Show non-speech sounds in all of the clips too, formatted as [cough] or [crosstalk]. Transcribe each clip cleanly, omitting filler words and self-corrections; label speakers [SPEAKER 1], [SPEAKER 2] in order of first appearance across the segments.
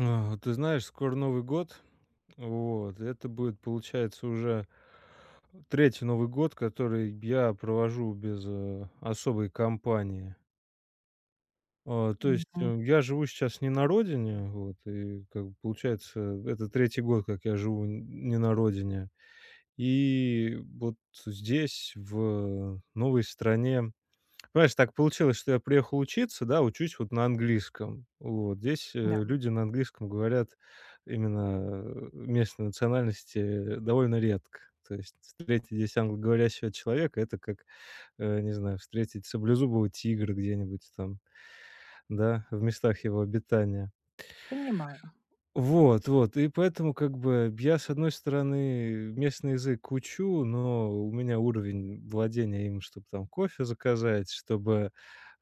[SPEAKER 1] А, ты знаешь, скоро Новый год. Вот. Это будет, получается, уже третий Новый год, который я провожу без, э, особой компании. А, то есть,
[SPEAKER 2] Мгм.
[SPEAKER 1] э, я живу сейчас не на родине, вот, и как бы получается, это третий год, как я живу н не на родине. И вот здесь, в новой стране. Понимаешь, так получилось, что я приехал учиться, да, учусь вот на английском. Вот здесь э,
[SPEAKER 2] Да,
[SPEAKER 1] люди на английском говорят именно, э, местной национальности довольно редко. То есть встретить здесь англоговорящего человека- это как, э, не знаю, встретить саблезубого тигра где-нибудь там, да, в местах его обитания.
[SPEAKER 2] понимаю.
[SPEAKER 1] Вот, вот. И поэтому как бы я, с одной стороны, местный язык учу, но у меня уровень владения им, чтобы там кофе заказать, чтобы,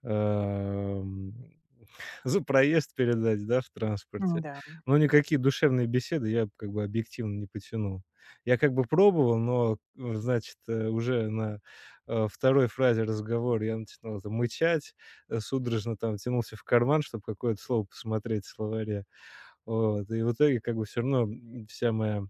[SPEAKER 1] эм, [laughs] за проезд передать, да, в транспорте.
[SPEAKER 2] М-да,
[SPEAKER 1] Но никакие душевные беседы я как бы объективно не потянул. Я как бы пробовал, но, э, значит, э, уже на, э, 2 фразе разговора я начинал там мычать, э, судорожно там тянулся в карман, чтобы какое-то слово посмотреть в словаре. Вот, и в итоге как бы все равно, м, вся моя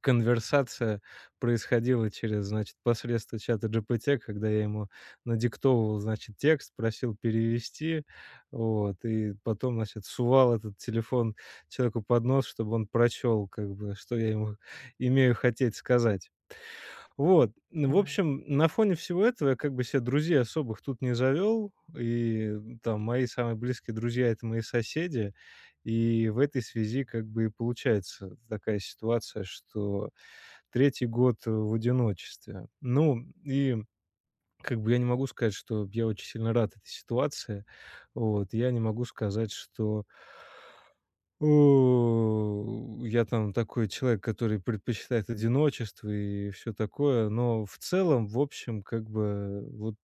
[SPEAKER 1] конверсация происходила через, значит, посредство чата GPT, когда я ему надиктовывал, значит, текст, просил перевести, вот, и потом, значит, сувал этот телефон человеку под нос, чтобы он прочел, как бы, что я ему имею хотеть сказать. Вот, н в
[SPEAKER 2] понимаю.
[SPEAKER 1] общем, на фоне всего этого я как бы себе друзей особых тут не завел, и там мои самые близкие друзья — это мои соседи. И в этой связи как бы и получается такая ситуация, что третий год, э, в одиночестве. Ну, и как бы я не могу сказать, что я очень сильно рад этой ситуации. Вот. Я не могу сказать, что у, я там такой человек, который предпочитает одиночество и все такое, но в целом, в общем, как бы вот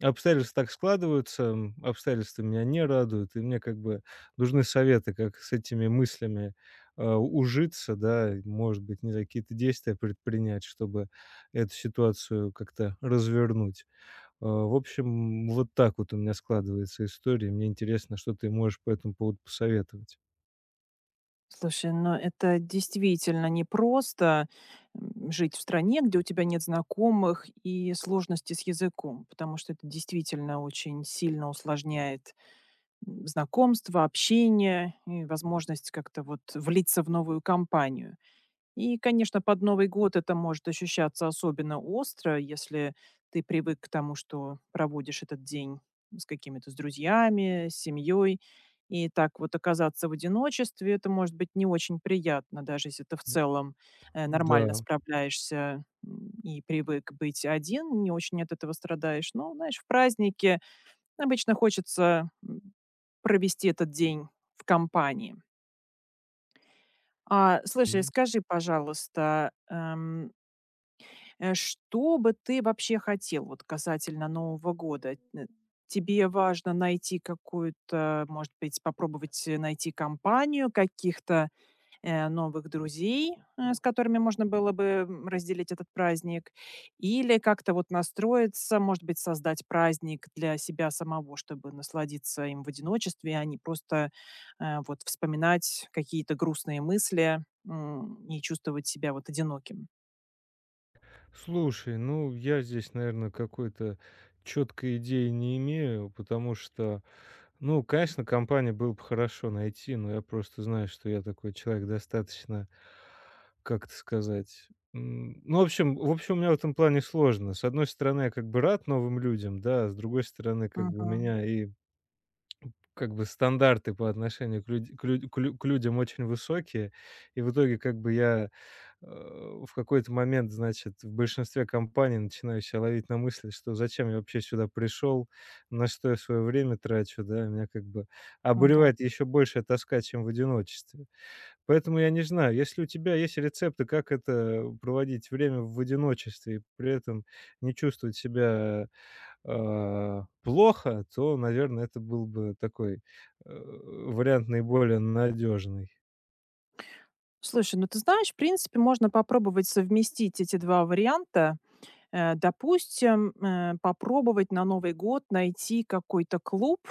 [SPEAKER 1] обстоятельства так складываются, м, обстоятельства меня не радуют, и мне как бы нужны советы, как с этими мыслями, а, ужиться, да, и, может быть, не знаю, какие-то действия предпринять, чтобы эту ситуацию как-то развернуть. А, в общем, вот так вот у меня складывается история. Мне интересно, что ты можешь по этому поводу посоветовать.
[SPEAKER 2] Слушай, но это действительно непросто, жить в стране, где у тебя нет знакомых и сложности с языком, потому что это действительно очень сильно усложняет, знакомство, общение и возможность как-то вот влиться в новую компанию. И, конечно, под Новый год это может ощущаться особенно остро, если ты привык к тому, что проводишь этот день с какими-то с друзьями, с семьей. И так вот оказаться в одиночестве, это может быть не очень приятно, даже если ты в целом нормально
[SPEAKER 1] Да.
[SPEAKER 2] справляешься, и привык быть один, не очень от этого страдаешь. Но, знаешь, в празднике обычно хочется, провести этот день в компании. А, слушай,
[SPEAKER 1] М.
[SPEAKER 2] скажи, пожалуйста, что бы ты вообще хотел вот касательно Нового года? Н Тебе важно найти какую-то, может быть, попробовать, найти компанию, каких-то, новых друзей, с которыми можно было бы, разделить этот праздник? Или как-то вот настроиться, может быть, создать праздник для себя самого, чтобы насладиться им в одиночестве, а не просто, вот вспоминать какие-то грустные мысли, и чувствовать себя вот одиноким?
[SPEAKER 1] Слушай, ну, я здесь, наверное, какой-то четкой идеи не имею, потому что, ну, конечно, компанию было бы хорошо найти, но я просто знаю, что я такой человек достаточно, как это сказать, м, ну, в общем, у меня в этом плане сложно. С одной стороны, я как бы рад новым людям, да, а с другой стороны, как бы у
[SPEAKER 2] Мгм.
[SPEAKER 1] меня и как бы стандарты по отношению к людям очень высокие, и в итоге как бы я э, в какой-то момент, значит, в большинстве компаний начинаю себя ловить на мысли, что зачем я вообще сюда пришел, на что я свое время трачу, да, меня как бы
[SPEAKER 2] Да.
[SPEAKER 1] обуревает еще большая тоска, чем в одиночестве. Поэтому я не знаю, если у тебя есть рецепты, как это проводить время в одиночестве и при этом не чувствовать себя плохо, то, наверное, это был бы такой вариант наиболее надежный.
[SPEAKER 2] Слушай, ну ты знаешь, в принципе, можно попробовать совместить эти 2 варианта. Допустим, попробовать на Новый год найти какой-то клуб,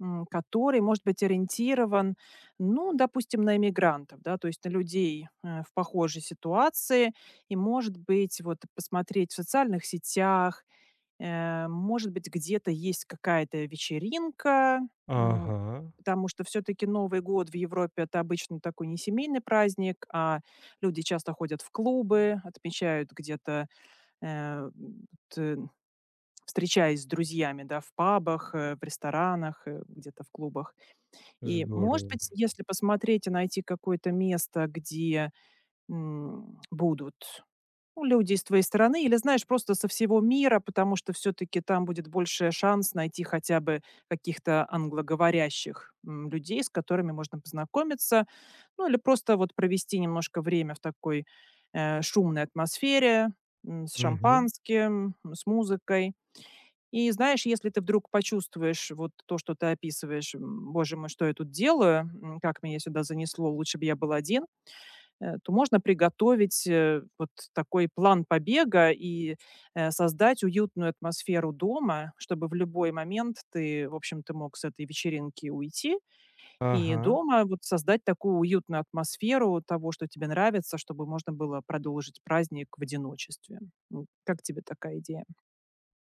[SPEAKER 2] который может быть ориентирован, ну, допустим, на эмигрантов, да, то есть на людей, в похожей ситуации. И, может быть, вот посмотреть в социальных сетях. Может быть, где-то есть какая-то вечеринка, м,
[SPEAKER 1] Ага,
[SPEAKER 2] потому что все-таки Новый год в Европе это обычно такой не семейный праздник, а люди часто ходят в клубы, отмечают где-то, э, м, т- встречаясь с друзьями, да, в пабах, в ресторанах, где-то в клубах. И, может
[SPEAKER 1] здорово.
[SPEAKER 2] быть, если посмотреть и найти какое-то место, где будут ну, люди из твоей стороны или, знаешь, просто со всего мира, потому что все таки там будет больше шанс найти хотя бы каких-то англоговорящих, людей, с которыми можно познакомиться. Ну, или просто вот провести немножко время в такой, шумной атмосфере, с шампанским, с музыкой. И знаешь, если ты вдруг почувствуешь вот то, что ты описываешь: "М, боже мой, что я тут делаю? М, как меня сюда занесло? Лучше бы я был один", то можно приготовить, вот такой план побега и, создать уютную атмосферу дома, чтобы в любой момент ты, в общем-то, мог с этой вечеринки уйти и
[SPEAKER 1] Ага.
[SPEAKER 2] дома вот создать такую уютную атмосферу того, что тебе нравится, чтобы можно было продолжить праздник в одиночестве. Как тебе такая идея?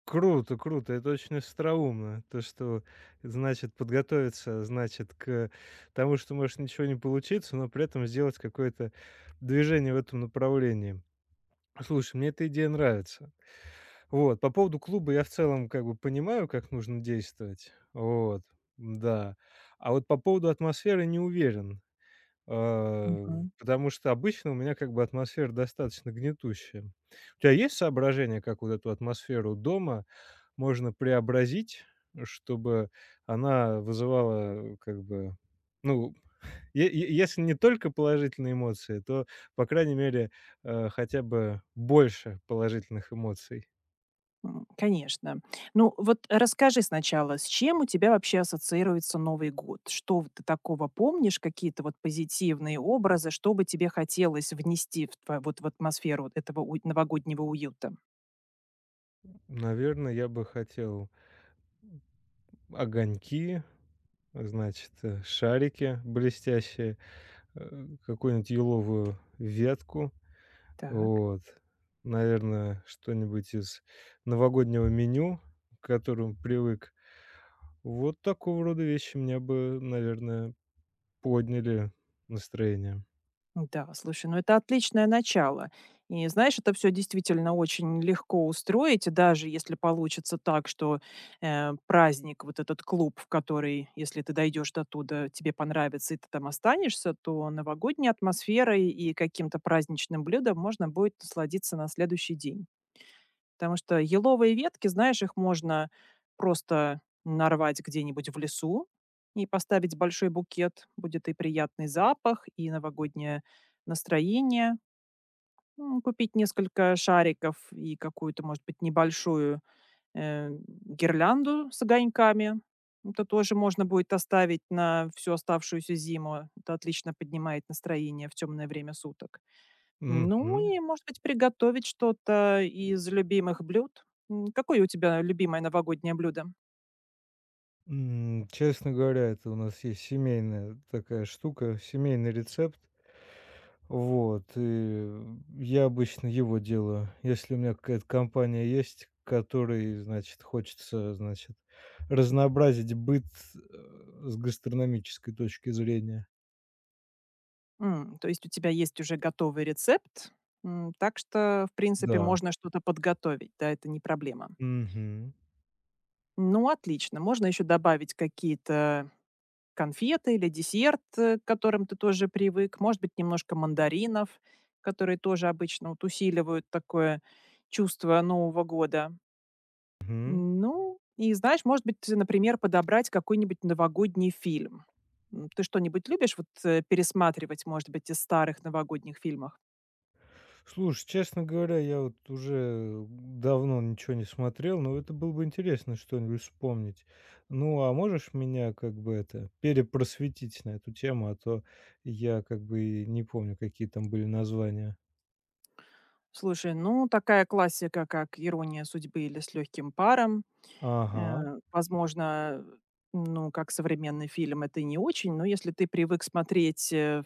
[SPEAKER 1] Круто, круто. Это очень остроумно. То, что значит подготовиться, значит к тому, что может ничего не получиться, но при этом сделать какое-то движение в этом направлении. Слушай, мне эта идея нравится. Вот. По поводу клуба я в целом как бы понимаю, как нужно действовать. Вот. Да. А вот по поводу атмосферы не уверен. Э,
[SPEAKER 2] Мгм.
[SPEAKER 1] Потому что обычно у меня как бы атмосфера достаточно гнетущая. У тебя есть соображение, как вот эту атмосферу дома можно преобразить, чтобы она вызывала, э, как бы, ну, е е если не только положительные эмоции, то, по крайней мере э, хотя бы больше положительных эмоций.
[SPEAKER 2] Конечно. Ну, вот расскажи сначала, с чем у тебя вообще ассоциируется Новый год? Что вот ты такого помнишь, какие-то вот позитивные образы, что бы тебе хотелось внести в тво вот в атмосферу вот этого уй новогоднего уюта?
[SPEAKER 1] Наверное, я бы хотел огоньки, значит, э, шарики блестящие, э, какую-нибудь еловую ветку.
[SPEAKER 2] Так.
[SPEAKER 1] Вот. Наверное, что-нибудь из новогоднего меню, к которому привык. Вот такого рода вещи мне бы, наверное, подняли настроение.
[SPEAKER 2] Да, слушай, ну это отличное начало. И знаешь, это все действительно очень легко устроить, и даже если получится так, что, праздник, вот этот клуб, в который, если ты дойдешь до туда, тебе понравится и ты там останешься, то новогодней атмосферой и каким-то праздничным блюдом можно будет насладиться на следующий день. Потому что еловые ветки, знаешь, их можно просто нарвать где-нибудь в лесу и поставить большой букет. Будет и приятный запах, и новогоднее настроение. Купить несколько шариков и какую-то, может быть, небольшую э, гирлянду с огоньками. Это тоже можно будет оставить на всю оставшуюся зиму. Это отлично поднимает настроение в темное время суток. Ну
[SPEAKER 1] Мгм.
[SPEAKER 2] и, может быть, приготовить что-то из любимых блюд. Какое у тебя любимое новогоднее блюдо?
[SPEAKER 1] М, Честно говоря, это у нас есть семейная такая штука, семейный рецепт. Вот, и я обычно его делаю. Если у меня какая-то компания есть, которой, значит, хочется, значит, разнообразить быт, э, с гастрономической точки зрения.
[SPEAKER 2] То есть у тебя есть уже готовый рецепт, так что, в принципе,
[SPEAKER 1] Да.
[SPEAKER 2] можно что-то подготовить, да, это не проблема.
[SPEAKER 1] Мгм.
[SPEAKER 2] Ну, отлично. Можно еще добавить какие-то конфеты или десерт, к которым ты тоже привык. Может быть, немножко мандаринов, которые тоже обычно вот усиливают такое чувство Нового года.
[SPEAKER 1] Мгм.
[SPEAKER 2] Ну, и знаешь, может быть, например, подобрать какой-нибудь новогодний фильм. Ты что-нибудь любишь вот, пересматривать, может быть, из старых новогодних фильмов?
[SPEAKER 1] Слушай, честно говоря, я вот уже давно ничего не смотрел, но это было бы интересно что-нибудь вспомнить. Ну, а можешь меня как бы это перепросветить на эту тему, а то я как бы и не помню, какие там были названия.
[SPEAKER 2] Слушай, ну, такая классика, как "Ирония судьбы" или "С легким паром".
[SPEAKER 1] Ага,
[SPEAKER 2] Возможно, ну, как современный фильм это и не очень, но если ты привык смотреть,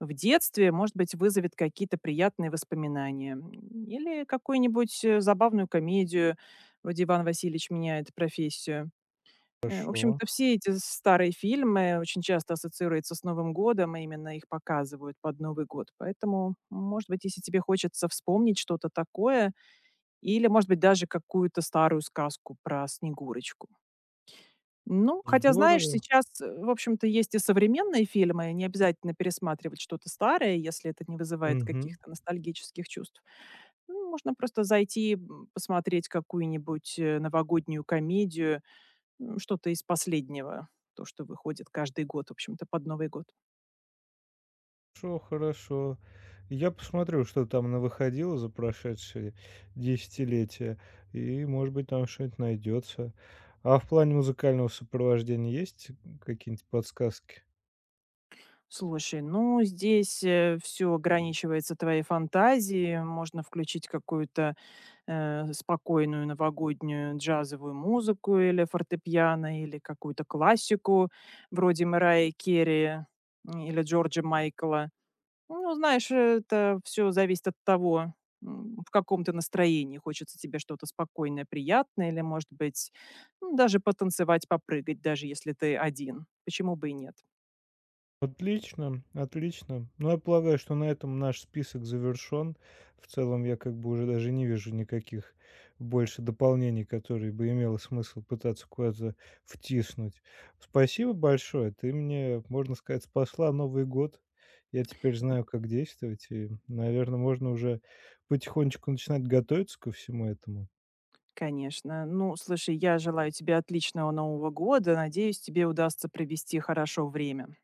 [SPEAKER 2] в детстве, может быть, вызовет какие-то приятные воспоминания. Или какую-нибудь, забавную комедию вроде "Иван Васильевич меняет профессию". В
[SPEAKER 1] хорошо.
[SPEAKER 2] общем-то, все эти старые фильмы очень часто ассоциируются с Новым годом, и именно их показывают под Новый год. Поэтому, может быть, если тебе хочется вспомнить что-то такое или, может быть, даже какую-то старую сказку про Снегурочку. Ну, хотя, знаешь,
[SPEAKER 1] Здорово.
[SPEAKER 2] сейчас, в общем-то, есть и современные фильмы, не обязательно пересматривать что-то старое, если это не вызывает
[SPEAKER 1] Мгм.
[SPEAKER 2] каких-то ностальгических чувств. Ну, можно просто зайти, посмотреть какую-нибудь новогоднюю комедию, что-то из последнего, то, что выходит каждый год, в общем-то, под Новый год.
[SPEAKER 1] Хорошо, хорошо. Я посмотрю, что там навыходило за прошедшие десятилетия, и, может быть, там что-нибудь найдется. А в плане музыкального сопровождения есть какие-нибудь подсказки?
[SPEAKER 2] Слушай, ну, здесь, все ограничивается твоей фантазией. Можно включить какую-то, спокойную новогоднюю джазовую музыку или фортепиано, или какую-то классику вроде Мэрайи Керри, или Джорджа Майкла. Ну, знаешь, это все зависит от того, в каком ты настроении. Хочется тебе что-то спокойное, приятное или, может быть, ну, даже потанцевать, попрыгать, даже если ты один. Почему бы и нет?
[SPEAKER 1] Отлично, отлично. Ну, я полагаю, что на этом наш список завершен. В целом, я как бы уже даже не вижу никаких больше дополнений, которые бы имело смысл пытаться куда-то втиснуть. Спасибо большое. Ты мне, можно сказать, спасла Новый год. Я теперь знаю, как действовать, и, наверное, можно уже потихонечку начинать готовиться ко всему этому.
[SPEAKER 2] Конечно. Ну, слушай, я желаю тебе отличного Нового года. Надеюсь, тебе удастся провести хорошо время.